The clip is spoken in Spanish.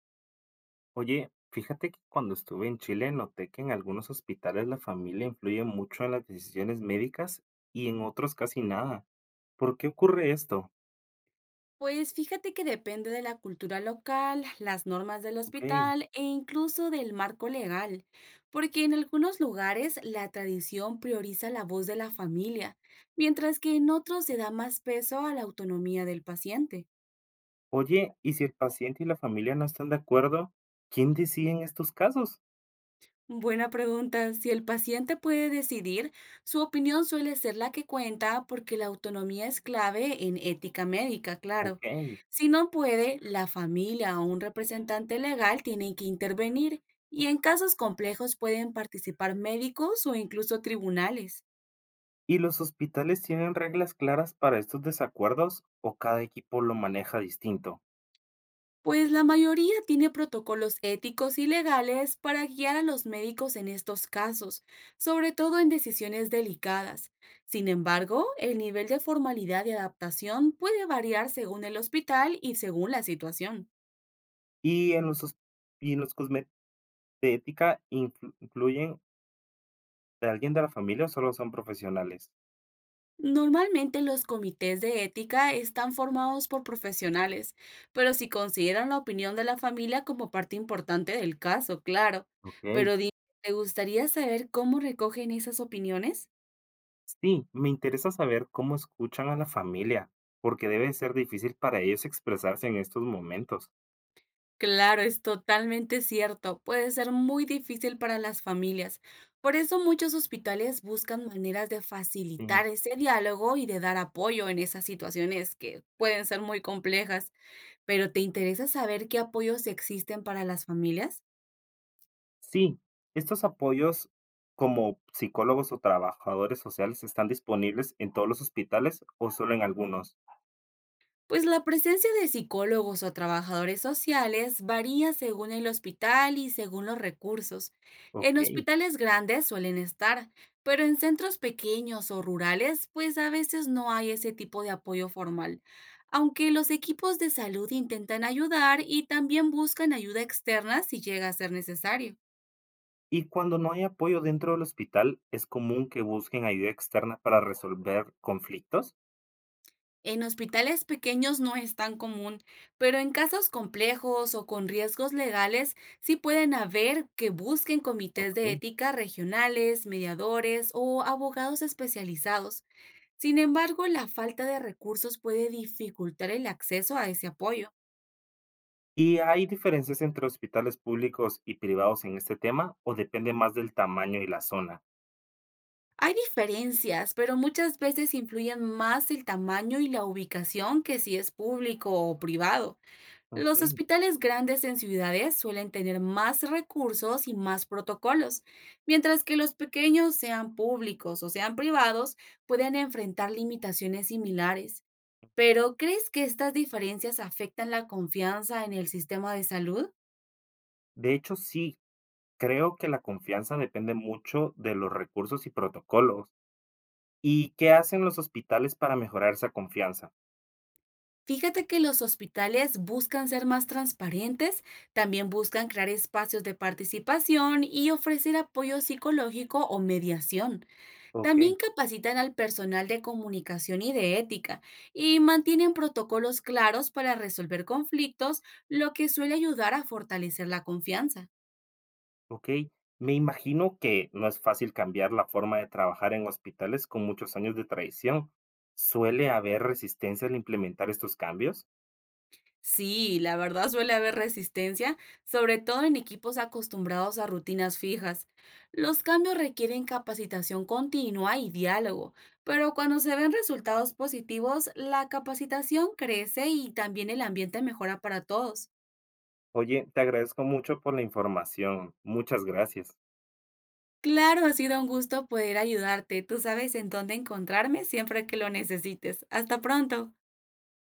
Oye, fíjate que cuando estuve en Chile noté que en algunos hospitales la familia influye mucho en las decisiones médicas y en otros casi nada. ¿Por qué ocurre esto? Pues fíjate que depende de la cultura local, las normas del Ok. hospital e incluso del marco legal, porque en algunos lugares la tradición prioriza la voz de la familia, mientras que en otros se da más peso a la autonomía del paciente. Oye, ¿y si el paciente y la familia no están de acuerdo, quién decide en estos casos? Buena pregunta. Si el paciente puede decidir, su opinión suele ser la que cuenta porque la autonomía es clave en ética médica, claro. Ok. Si no puede, la familia o un representante legal tienen que intervenir y en casos complejos pueden participar médicos o incluso tribunales. ¿Y los hospitales tienen reglas claras para estos desacuerdos o cada equipo lo maneja distinto? Pues la mayoría tiene protocolos éticos y legales para guiar a los médicos en estos casos, sobre todo en decisiones delicadas. Sin embargo, el nivel de formalidad y adaptación puede variar según el hospital y según la situación. ¿Y en los, y en los de ética influyen de alguien de la familia o solo son profesionales? Normalmente los comités de ética están formados por profesionales, pero si consideran la opinión de la familia como parte importante del caso, claro. Ok. Pero dime, ¿te gustaría saber cómo recogen esas opiniones? Sí, me interesa saber cómo escuchan a la familia, porque debe ser difícil para ellos expresarse en estos momentos. Claro, es totalmente cierto. Puede ser muy difícil para las familias. Por eso muchos hospitales buscan maneras de Sí. facilitar ese diálogo y de dar apoyo en esas situaciones que pueden ser muy complejas. Pero ¿te interesa saber qué apoyos existen para las familias? Sí, estos apoyos como psicólogos o trabajadores sociales están disponibles en todos los hospitales o solo en algunos. Pues la presencia de psicólogos o trabajadores sociales varía según el hospital y según los recursos. Ok. En hospitales grandes suelen estar, pero en centros pequeños o rurales, pues a veces no hay ese tipo de apoyo formal. Aunque los equipos de salud intentan ayudar y también buscan ayuda externa si llega a ser necesario. Y cuando no hay apoyo dentro del hospital, ¿es común que busquen ayuda externa para resolver conflictos? En hospitales pequeños no es tan común, pero en casos complejos o con riesgos legales sí pueden haber que busquen comités de Ok. ética regionales, mediadores o abogados especializados. Sin embargo, la falta de recursos puede dificultar el acceso a ese apoyo. ¿Y hay diferencias entre hospitales públicos y privados en este tema o depende más del tamaño y la zona? Hay diferencias, pero muchas veces influyen más el tamaño y la ubicación que si es público o privado. Los Ok. hospitales grandes en ciudades suelen tener más recursos y más protocolos, mientras que los pequeños, sean públicos o sean privados, pueden enfrentar limitaciones similares. Pero, ¿crees que estas diferencias afectan la confianza en el sistema de salud? De hecho, sí, creo que la confianza depende mucho de los recursos y protocolos. ¿Y qué hacen los hospitales para mejorar esa confianza? Fíjate que los hospitales buscan ser más transparentes, también buscan crear espacios de participación y ofrecer apoyo psicológico o mediación. Ok, También capacitan al personal de comunicación y de ética y mantienen protocolos claros para resolver conflictos, lo que suele ayudar a fortalecer la confianza. ok. Me imagino que no es fácil cambiar la forma de trabajar en hospitales con muchos años de tradición. ¿Suele haber resistencia al implementar estos cambios? Sí, la verdad suele haber resistencia, sobre todo en equipos acostumbrados a rutinas fijas. Los cambios requieren capacitación continua y diálogo, pero cuando se ven resultados positivos, la capacitación crece y también el ambiente mejora para todos. Oye, te agradezco mucho por la información. Muchas gracias. Claro, ha sido un gusto poder ayudarte. Tú sabes en dónde encontrarme siempre que lo necesites. Hasta pronto.